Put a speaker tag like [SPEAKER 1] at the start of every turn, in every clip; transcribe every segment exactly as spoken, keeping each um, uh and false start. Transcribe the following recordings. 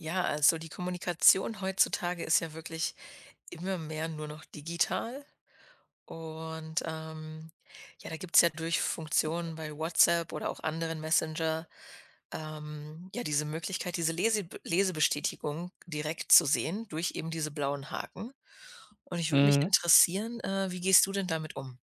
[SPEAKER 1] Ja, also die Kommunikation heutzutage ist ja wirklich immer mehr nur noch digital. Und ähm, ja, da gibt's ja durch Funktionen bei WhatsApp oder auch anderen Messenger ähm, ja diese Möglichkeit, diese Lese Lesebestätigung direkt zu sehen durch eben diese blauen Haken. Und ich würde mich
[SPEAKER 2] Mhm.
[SPEAKER 1] interessieren, äh, wie gehst du denn damit um?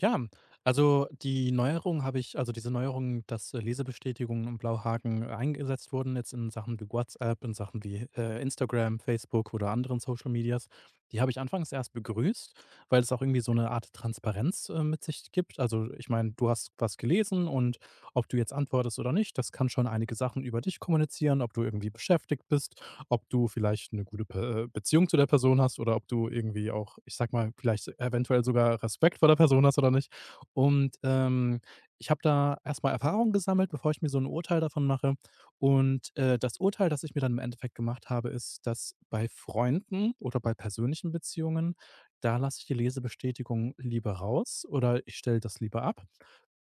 [SPEAKER 2] Ja, also die Neuerung habe ich also diese Neuerung, dass, äh, Lesebestätigungen und Blauhaken äh, eingesetzt wurden jetzt in Sachen wie WhatsApp, in Sachen wie, äh, Instagram, Facebook oder anderen Social Medias, die habe ich anfangs erst begrüßt, weil es auch irgendwie so eine Art Transparenz, äh, mit sich gibt. Also, ich meine, du hast was gelesen und ob du jetzt antwortest oder nicht, das kann schon einige Sachen über dich kommunizieren, ob du irgendwie beschäftigt bist, ob du vielleicht eine gute Pe äh, Beziehung zu der Person hast oder ob du irgendwie auch, ich sag mal, vielleicht so eventuell sogar Respekt vor der Person hast oder nicht. Und, ähm, ich habe da erstmal mal Erfahrung gesammelt, bevor ich mir so ein Urteil davon mache. Und, äh, das Urteil, das ich mir dann im Endeffekt gemacht habe, ist, dass bei Freunden oder bei persönlichen Beziehungen, da lasse ich die Lesebestätigung lieber raus oder ich stelle das lieber ab.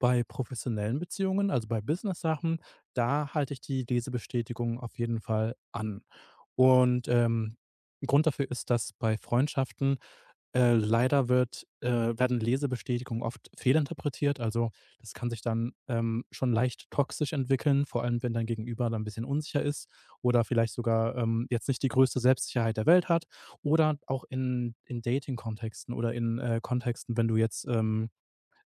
[SPEAKER 2] Bei professionellen Beziehungen, also bei Business-Sachen, da halte ich die Lesebestätigung auf jeden Fall an. Und, ähm, 'n Grund dafür ist, dass bei Freundschaften, äh, leider wird äh, werden Lesebestätigungen oft fehlinterpretiert. Also, das kann sich dann, ähm, schon leicht toxisch entwickeln, vor allem wenn dein Gegenüber dann ein bisschen unsicher ist oder vielleicht sogar, ähm, jetzt nicht die größte Selbstsicherheit der Welt hat oder auch in in Dating-Kontexten oder in, äh, Kontexten, wenn du jetzt, ähm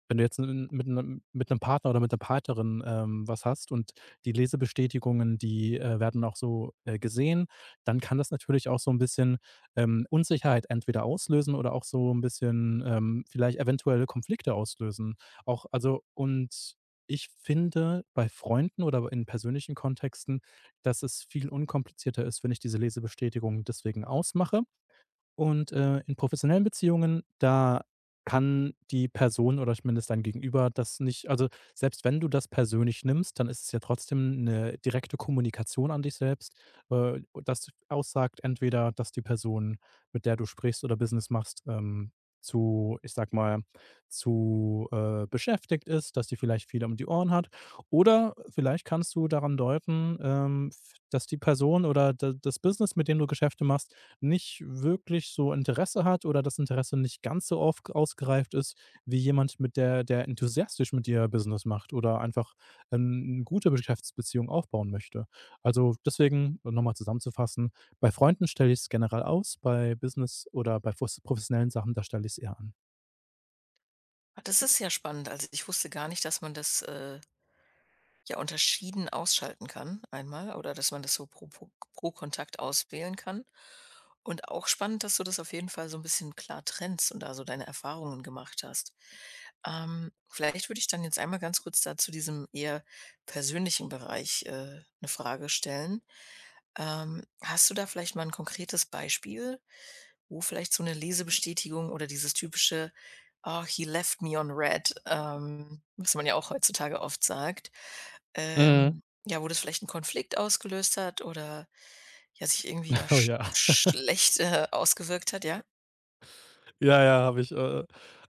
[SPEAKER 2] wenn du jetzt 'n mit 'nem mit 'nem Partner oder mit der Partnerin, ähm, was hast und die Lesebestätigungen, die, äh, werden auch so, äh, gesehen, dann kann das natürlich auch so ein bisschen, ähm, Unsicherheit entweder auslösen oder auch so ein bisschen, ähm, vielleicht eventuelle Konflikte auslösen. Auch also, und Ich finde bei Freunden oder in persönlichen Kontexten, dass es viel unkomplizierter ist, wenn ich diese Lesebestätigung deswegen ausmache, und, äh, in professionellen Beziehungen, da kann die Person oder zumindest dein Gegenüber das nicht also, selbst wenn du das persönlich nimmst, dann ist es ja trotzdem eine direkte Kommunikation an dich selbst, äh, das aussagt entweder, dass die Person, mit der du sprichst oder Business machst, ähm, zu ich sag mal, zu, äh, beschäftigt ist, dass die vielleicht viel um die Ohren hat. Oder vielleicht kannst du daran deuten, ähm, f dass die Person oder da das Business, mit dem du Geschäfte machst, nicht wirklich so Interesse hat oder das Interesse nicht ganz so auf ausgereift ist wie jemand, mit der der enthusiastisch mit dir Business macht oder einfach, ähm, 'ne gute Geschäftsbeziehung aufbauen möchte. Also, deswegen, um noch zusammenzufassen, bei Freunden stelle ich es generell aus, bei Business oder bei fus professionellen Sachen, da stelle ich es eher an.
[SPEAKER 1] Ah, das ist ja spannend. Also ich wusste gar nicht, dass man das äh, ja, unterschieden ausschalten kann einmal oder dass man das so pro pro pro Kontakt auswählen kann. Und auch spannend, dass du das auf jeden Fall so ein bisschen klar trennst und da so deine Erfahrungen gemacht hast. Ähm, vielleicht würde ich dann jetzt einmal ganz kurz da zu diesem eher persönlichen Bereich, äh, 'ne Frage stellen. Ähm, hast du da vielleicht mal ein konkretes Beispiel, wo vielleicht so eine Lesebestätigung oder dieses typische Oh, „He left me on red“, ähm, was man ja auch heutzutage oft sagt.
[SPEAKER 2] Mhm.
[SPEAKER 1] Ähm, ja, wo das vielleicht 'n Konflikt ausgelöst hat oder, ja, sich irgendwie ja
[SPEAKER 2] Oh
[SPEAKER 1] sch
[SPEAKER 2] ja.
[SPEAKER 1] schlecht äh, ausgewirkt hat, ja?
[SPEAKER 2] Ja, ja, habe ich. Äh,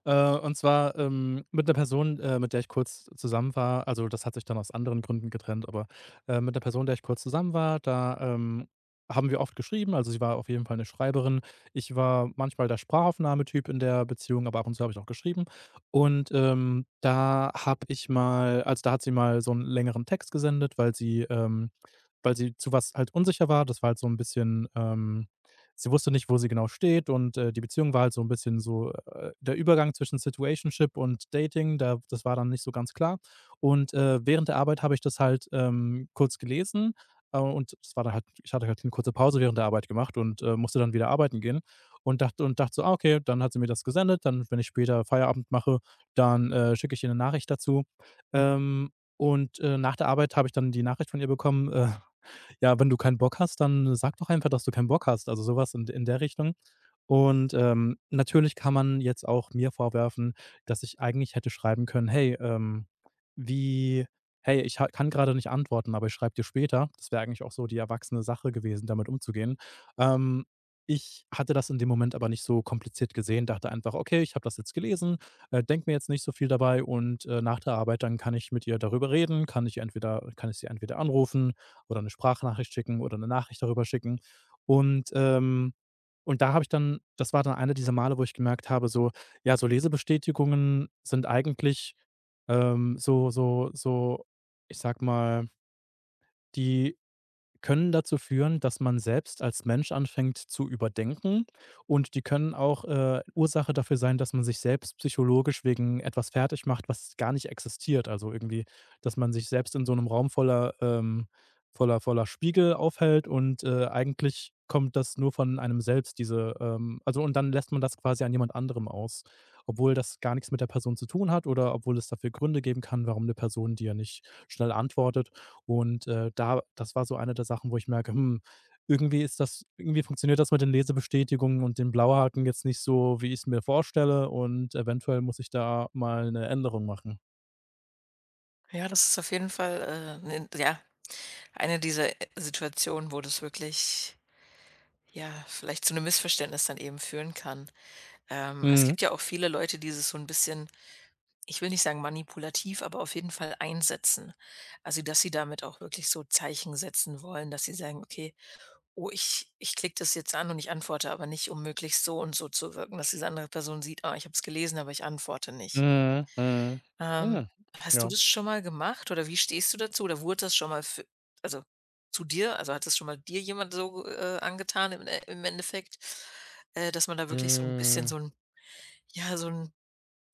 [SPEAKER 2] äh, Und zwar, ähm, mit einer Person, äh, mit der ich kurz zusammen war, also, das hat sich dann aus anderen Gründen getrennt, aber, äh, mit der Person, der ich kurz zusammen war, da, ähm, haben wir oft geschrieben. Also, sie war auf jeden Fall eine Schreiberin. Ich war manchmal der Sprachaufnahmetyp in der Beziehung, aber ab und zu habe ich auch geschrieben. Und, ähm, da habe ich mal also, da hat sie mal so einen längeren Text gesendet, weil sie ähm, weil sie zu was halt unsicher war. Das war halt so ein bisschen, ähm sie wusste nicht, wo sie genau steht, und, äh, die Beziehung war halt so ein bisschen so, äh, der Übergang zwischen Situationship und Dating, da das war dann nicht so ganz klar. Und, äh, während der Arbeit habe ich das halt, ähm, kurz gelesen, äh, und es war dann halt ich hatte halt eine kurze Pause während der Arbeit gemacht und, äh, musste dann wieder arbeiten gehen und dachte und dachte so: „Ah, okay, dann hat sie mir das gesendet, dann wenn ich später Feierabend mache, dann, äh, schicke ich ihr 'ne Nachricht dazu.“ Ähm, und, äh, Nach der Arbeit habe ich dann die Nachricht von ihr bekommen: äh „Ja, wenn du keinen Bock hast, dann sag doch einfach, dass du keinen Bock hast.“ Also sowas in in der Richtung. Und, ähm, natürlich kann man jetzt auch mir vorwerfen, dass ich eigentlich hätte schreiben können: „Hey, ähm, wie hey, ich ha kann gerade nicht antworten, aber ich schreibe dir später.“ Das wäre eigentlich auch so die erwachsene Sache gewesen, damit umzugehen. Ähm, Ich hatte das in dem Moment aber nicht so kompliziert gesehen, dachte einfach: „Okay, ich habe das jetzt gelesen, äh, denke mir jetzt nicht so viel dabei, und, äh, nach der Arbeit, dann kann ich mit ihr darüber reden, kann ich entweder kann ich sie entweder anrufen oder eine Sprachnachricht schicken oder eine Nachricht darüber schicken.“ Und, ähm und da habe ich dann, das war dann einer dieser Male, wo ich gemerkt habe, so: ja, so Lesebestätigungen sind eigentlich, ähm, so so so, ich sag mal, die können dazu führen, dass man selbst als Mensch anfängt zu überdenken, und die können auch, äh, Ursache dafür sein, dass man sich selbst psychologisch wegen etwas fertig macht, was gar nicht existiert. Also, irgendwie, dass man sich selbst in so einem Raum voller, ähm voller voller Spiegel aufhält und, äh, eigentlich kommt das nur von einem selbst, diese, ähm also, und dann lässt man das quasi an jemand anderem aus, obwohl das gar nichts mit der Person zu tun hat oder obwohl es dafür Gründe geben kann, warum eine Person dir nicht schnell antwortet. Und, äh, da das war so eine der Sachen, wo ich merke, hm, irgendwie ist das irgendwie funktioniert das mit den Lesebestätigungen und den Blauhaken jetzt nicht so, wie ich es mir vorstelle, und eventuell muss ich da mal eine Änderung machen.
[SPEAKER 1] Ja, das ist auf jeden Fall äh, 'ne ja, eine dieser äh, Situationen, wo das wirklich, ja, vielleicht zu 'nem Missverständnis dann eben führen kann. Ähm, es
[SPEAKER 2] Mhm.
[SPEAKER 1] gibt ja auch viele Leute, die sich so ein bisschen, ich will nicht sagen manipulativ, aber auf jeden Fall einsetzen. Also, dass sie damit auch wirklich so Zeichen setzen wollen, dass sie sagen: „Okay, oh, ich ich klicke das jetzt an und ich antworte aber nicht“, um möglichst so und so zu wirken, dass diese andere Person sieht: „Ah, ich habe es gelesen, aber ich antworte nicht.“
[SPEAKER 2] Mhm. Mhm.
[SPEAKER 1] Ähm,
[SPEAKER 2] Mhm.
[SPEAKER 1] hast du
[SPEAKER 2] Ja.
[SPEAKER 1] das schon mal gemacht oder wie stehst du dazu oder wurde das schon mal fü also, zu dir, also hat das schon mal dir jemand so, äh, angetan, im äh im Endeffekt, äh, dass man da wirklich so ein bisschen
[SPEAKER 2] Mhm.
[SPEAKER 1] so ein, ja, so ein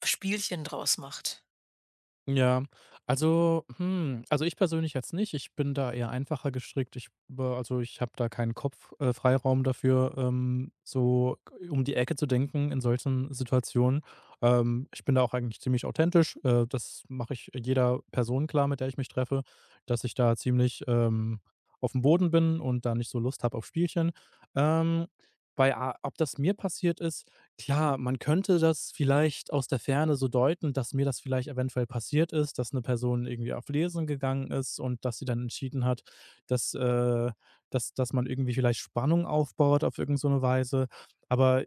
[SPEAKER 1] Spielchen draus macht.
[SPEAKER 2] Ja, also, hm, also ich persönlich jetzt nicht. Ich bin da eher einfacher gestrickt. Ich, äh, also ich habe da keinen Kopf, äh, Freiraum dafür, ähm, so k- um die Ecke zu denken in solchen Situationen. Ähm, ich bin da auch eigentlich ziemlich authentisch. Äh, das mache ich jeder Person klar, mit der ich mich treffe, dass ich da ziemlich ähm, auf dem Boden bin und da nicht so Lust habe auf Spielchen. Ähm, Bei, A- ob das mir passiert ist: klar, man könnte das vielleicht aus der Ferne so deuten, dass mir das vielleicht eventuell passiert ist, dass eine Person irgendwie auf Lesen gegangen ist und dass sie dann entschieden hat, dass äh, dass dass man irgendwie vielleicht Spannung aufbaut auf irgend so eine Weise. Aber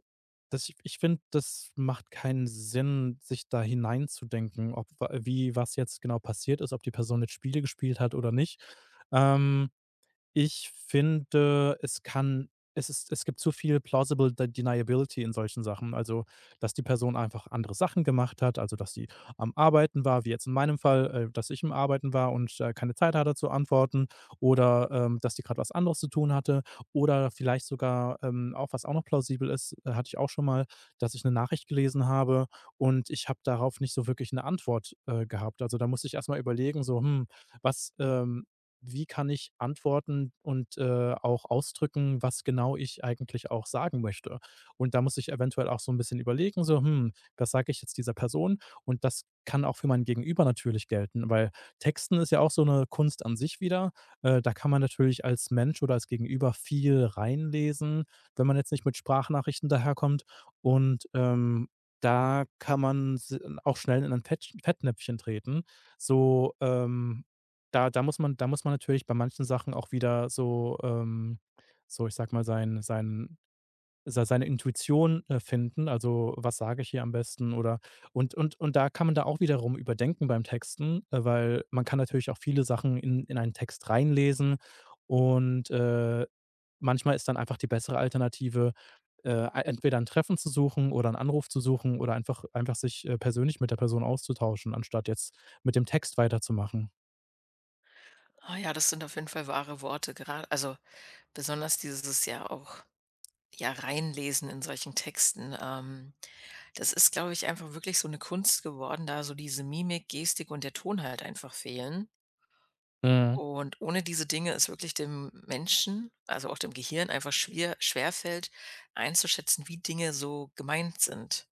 [SPEAKER 2] das ich ich finde, das macht keinen Sinn, sich da hineinzudenken, ob wa wie was jetzt genau passiert ist, ob die Person jetzt Spiele gespielt hat oder nicht. Ähm Ich finde, es kann es ist es gibt zu viel plausible de deniability in solchen Sachen. Also, dass die Person einfach andere Sachen gemacht hat, also, dass sie am Arbeiten war, wie jetzt in meinem Fall, äh, dass ich im Arbeiten war und, äh, keine Zeit hatte zu antworten, oder, ähm, dass die gerade was anderes zu tun hatte, oder vielleicht sogar, ähm, auch was auch noch plausibel ist, äh, hatte ich auch schon mal, dass ich eine Nachricht gelesen habe und ich habe darauf nicht so wirklich eine Antwort, äh, gehabt. Also, da musste ich erst mal überlegen so: „Hm, was, ähm wie kann ich antworten und, äh, auch ausdrücken, was genau ich eigentlich auch sagen möchte? Und da muss ich eventuell auch so ein bisschen überlegen, so: hm, was sage ich jetzt dieser Person?“ Und das kann auch für mein Gegenüber natürlich gelten, weil Texten ist ja auch so eine Kunst an sich wieder. Äh, da kann man natürlich als Mensch oder als Gegenüber viel reinlesen, wenn man jetzt nicht mit Sprachnachrichten daherkommt. Und, ähm, da kann man s auch schnell in ein Fett Fettnäpfchen treten. So, ähm da da muss man da muss man natürlich bei manchen Sachen auch wieder so, ähm so, ich sage mal, sein sein sei seine Intuition, äh, finden. Also: „Was sage ich hier am besten?“ Oder und und und Da kann man da auch wiederum überdenken beim Texten, äh, weil man kann natürlich auch viele Sachen in in einen Text reinlesen und, äh, manchmal ist dann einfach die bessere Alternative, äh, ei entweder ein Treffen zu suchen oder einen Anruf zu suchen oder einfach einfach sich, äh, persönlich mit der Person auszutauschen, anstatt jetzt mit dem Text weiterzumachen.
[SPEAKER 1] Ah ja, das sind auf jeden Fall wahre Worte. Gerade also, besonders dieses ja auch ja, reinlesen in solchen Texten. Ähm, das ist, glaube ich, einfach wirklich so eine Kunst geworden, da so diese Mimik, Gestik und der Ton halt einfach fehlen.
[SPEAKER 2] Mhm.
[SPEAKER 1] Und ohne diese Dinge ist wirklich dem Menschen, also auch dem Gehirn einfach schwer schwerfällt, einzuschätzen, wie Dinge so gemeint sind,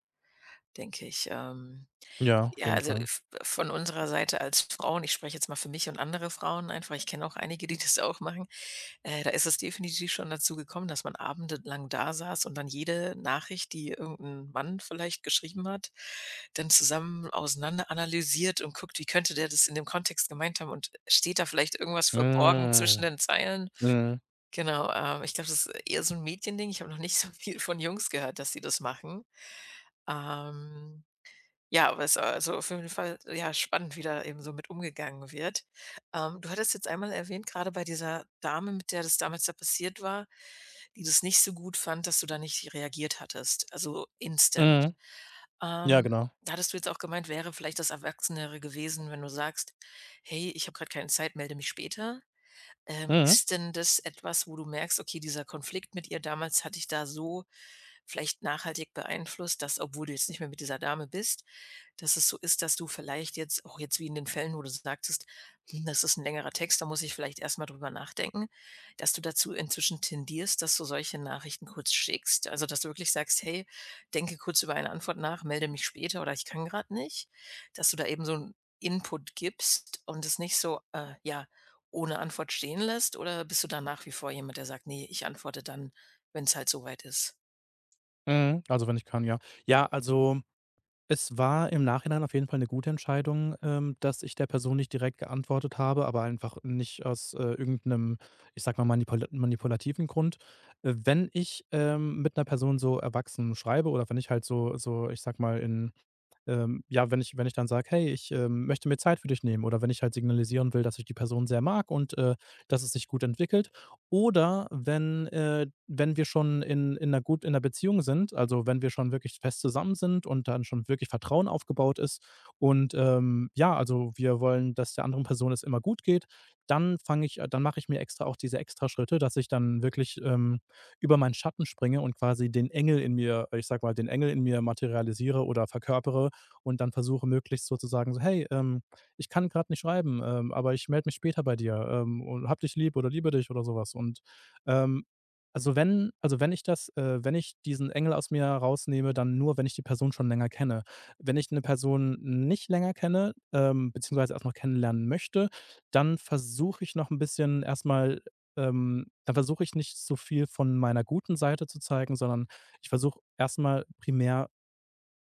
[SPEAKER 1] denke ich. Ähm
[SPEAKER 2] Ja, auf
[SPEAKER 1] Ja,
[SPEAKER 2] jeden
[SPEAKER 1] also
[SPEAKER 2] Fall.
[SPEAKER 1] v von unserer Seite als Frauen, ich spreche jetzt mal für mich und andere Frauen einfach, ich kenne auch einige, die das auch machen, äh, da ist es definitiv schon dazu gekommen, dass man abendelang da saß und dann jede Nachricht, die irgendein Mann vielleicht geschrieben hat, dann zusammen auseinander analysiert und guckt, wie könnte der das in dem Kontext gemeint haben, und steht da vielleicht irgendwas verborgen zwischen
[SPEAKER 2] Mhm.
[SPEAKER 1] den Zeilen?
[SPEAKER 2] Mhm.
[SPEAKER 1] Genau. Ähm, ich glaube, das ist eher so ein Mädchending. Ich habe noch nicht so viel von Jungs gehört, dass sie das machen. Ähm ja, aber es ist also auf jeden Fall, ja, spannend, wie da eben so mit umgegangen wird. Ähm, du hattest jetzt einmal erwähnt, gerade bei dieser Dame, mit der das damals da passiert war, die das nicht so gut fand, dass du da nicht reagiert hattest, also instant.
[SPEAKER 2] Mhm. Ja,
[SPEAKER 1] Ähm,
[SPEAKER 2] genau.
[SPEAKER 1] da hattest du jetzt auch gemeint, wäre vielleicht das Erwachsenere gewesen, wenn du sagst: „Hey, ich habe gerade keine Zeit, melde mich später.“ Ähm,
[SPEAKER 2] Mhm.
[SPEAKER 1] ist denn das etwas, wo du merkst: „Okay, dieser Konflikt mit ihr damals hat dich da so vielleicht nachhaltig beeinflusst, dass, obwohl du jetzt nicht mehr mit dieser Dame bist, dass es so ist, dass du vielleicht jetzt auch jetzt wie in den Fällen, wo du sagtest: „Hm, das ist ein längerer Text, da muss ich vielleicht erst mal drüber nachdenken“, dass du dazu inzwischen tendierst, dass du solche Nachrichten kurz schickst? Also, dass du wirklich sagst: „Hey, denke kurz über eine Antwort nach, melde mich später“ oder „Ich kann gerade nicht“? Dass du da eben so einen Input gibst und es nicht so, äh, ja, ohne Antwort stehen lässt? Oder bist du da nach wie vor jemand, der sagt: nee, ich antworte dann, wenn es halt so weit ist“?
[SPEAKER 2] Mhm. Also, wenn ich kann, ja. Ja, also, es war im Nachhinein auf jeden Fall eine gute Entscheidung, ähm, dass ich der Person nicht direkt geantwortet habe, aber einfach nicht aus, äh, irgend ich sag mal, manipula manipulativen Grund. Äh, wenn ich, ähm, mit einer Person so erwachsen schreibe oder wenn ich halt so so, ich sag mal, in ähm, ja, wenn ich wenn ich dann sage: „Hey, ich, ähm, möchte mir Zeit für dich nehmen.“ Oder wenn ich halt signalisieren will, dass ich die Person sehr mag und, äh, dass es sich gut entwickelt. Oder wenn, äh wenn wir schon in in 'ner gut in 'ner Beziehung sind, also, wenn wir schon wirklich fest zusammen sind und dann schon wirklich Vertrauen aufgebaut ist und, ähm, ja, also, wir wollen, dass der anderen Person es immer gut geht, dann fange ich dann mache ich mir extra auch diese extra Schritte, dass ich dann wirklich, ähm, über meinen Schatten springe und quasi den Engel in mir ich sag mal, den Engel in mir materialisiere oder verkörpere und dann versuche möglichst so zu sagen, so: „Hey, ähm, ich kann gerade nicht schreiben, ähm, aber ich melde mich später bei dir, ähm, und habe dich lieb oder liebe dich“ oder sowas. Und, ähm, also wenn also wenn ich das äh, wenn ich diesen Engel aus mir rausnehme, dann nur, wenn ich die Person schon länger kenne. Wenn ich eine Person nicht länger kenne, ähm, beziehungsweise erst noch kennenlernen möchte, dann versuche ich noch ein bisschen erstmal ähm, dann versuche ich nicht so viel von meiner guten Seite zu zeigen, sondern ich versuche erstmal primär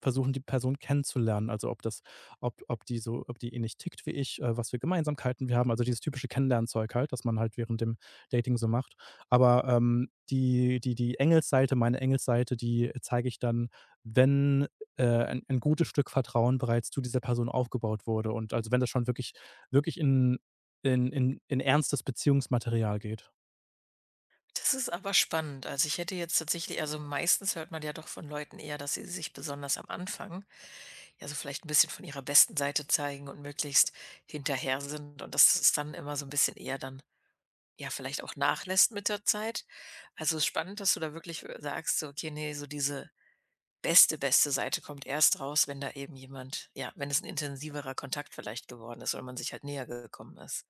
[SPEAKER 2] versuchen, die Person kennenzulernen. Also ob das, ob, ob die so, ob die ähnlich tickt wie ich, äh, was für Gemeinsamkeiten wir haben. Also dieses typische Kennenlernzeug halt, das man halt während dem Dating so macht. Aber ähm, die, die, die Engelsseite, meine Engelsseite, die zeige ich dann, wenn äh, ein, ein gutes Stück Vertrauen bereits zu dieser Person aufgebaut wurde. Und also wenn das schon wirklich, wirklich in, in, in, in ernstes Beziehungsmaterial geht.
[SPEAKER 1] Das ist aber spannend. Also, ich hätte jetzt tatsächlich, also meistens hört man ja doch von Leuten eher, dass sie sich besonders am Anfang, ja, so vielleicht ein bisschen von ihrer besten Seite zeigen und möglichst hinterher sind, und dass es dann immer so ein bisschen eher dann, ja, vielleicht auch nachlässt mit der Zeit. Also, es ist spannend, dass du da wirklich, äh, sagst, so: „Okay, nee, so diese beste, beste Seite kommt erst raus, wenn da eben jemand, ja, wenn es ein intensiverer Kontakt vielleicht geworden ist oder man sich halt näher gekommen ist.“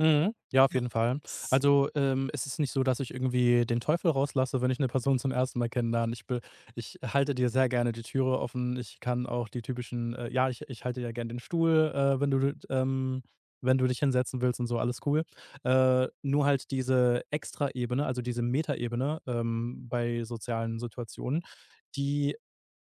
[SPEAKER 2] Mhm. Ja, auf
[SPEAKER 1] Ja,
[SPEAKER 2] jeden Fall. Also, ähm, es ist nicht so, dass ich irgendwie den Teufel rauslasse, wenn ich eine Person zum ersten Mal kennenlerne. Ich be ich halte dir sehr gerne die Türe offen. Ich kann auch die typischen äh, ja, ich ich halte ja gerne den Stuhl, äh, wenn du ähm, wenn du dich hinsetzen willst und so, alles cool. Äh, nur halt diese Extraebene, also diese Metaebene, ähm, bei sozialen Situationen, die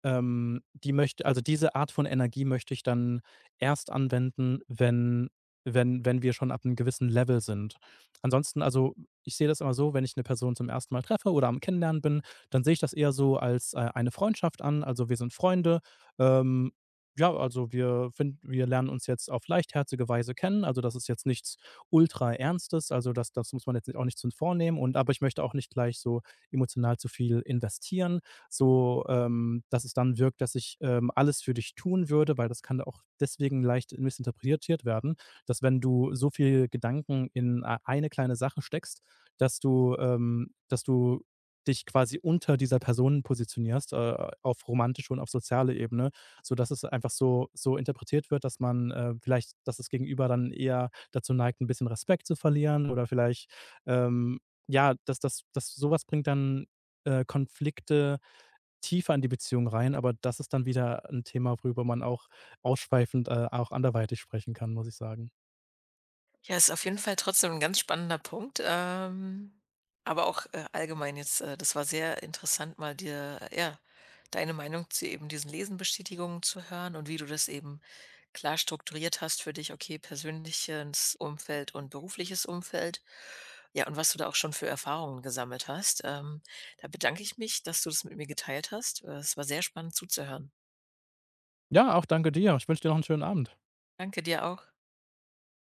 [SPEAKER 2] ähm, die möchte, also diese Art von Energie möchte ich dann erst anwenden, wenn wenn wenn wir schon ab einem gewissen Level sind. Ansonsten, also, ich sehe das immer so: wenn ich eine Person zum ersten Mal treffe oder am Kennenlernen bin, dann sehe ich das eher so als, äh, eine Freundschaft an. Also, wir sind Freunde. Ähm, ja, also wir finden wir lernen uns jetzt auf leichtherzige Weise kennen. Also, das ist jetzt nichts ultra Ernstes. Also, das das muss man jetzt auch nicht zu vornehmen, und aber ich möchte auch nicht gleich so emotional zu viel investieren so, ähm, dass es dann wirkt, dass ich, ähm, alles für dich tun würde, weil das kann auch deswegen leicht missinterpretiert werden, dass wenn du so viel Gedanken in ei eine kleine Sache steckst, dass du ähm, dass du dich quasi unter dieser Person positionierst, äh, auf romantische und auf soziale Ebene, sodass es einfach so so interpretiert wird, dass man, äh, vielleicht dass das Gegenüber dann eher dazu neigt, ein bisschen Respekt zu verlieren oder vielleicht, ähm, ja, dass das dass sowas bringt dann, äh, Konflikte tiefer in die Beziehung rein, aber das ist dann wieder ein Thema, worüber man auch ausschweifend, äh, auch anderweitig sprechen kann, muss ich sagen.
[SPEAKER 1] ja, ist auf jeden Fall trotzdem ein ganz spannender Punkt, ähm, aber auch, äh, allgemein jetzt, äh, das war sehr interessant, mal dir, äh, ja, deine Meinung zu eben diesen Lesenbestätigungen zu hören und wie du das eben klar strukturiert hast für dich: okay, persönliches Umfeld und berufliches Umfeld. Ja, und was du da auch schon für Erfahrungen gesammelt hast. Ähm, da bedanke ich mich, dass du das mit mir geteilt hast. Äh, es war sehr spannend zuzuhören.
[SPEAKER 2] Ja, auch danke dir. Ich wünsche dir noch einen schönen Abend.
[SPEAKER 1] Danke dir auch.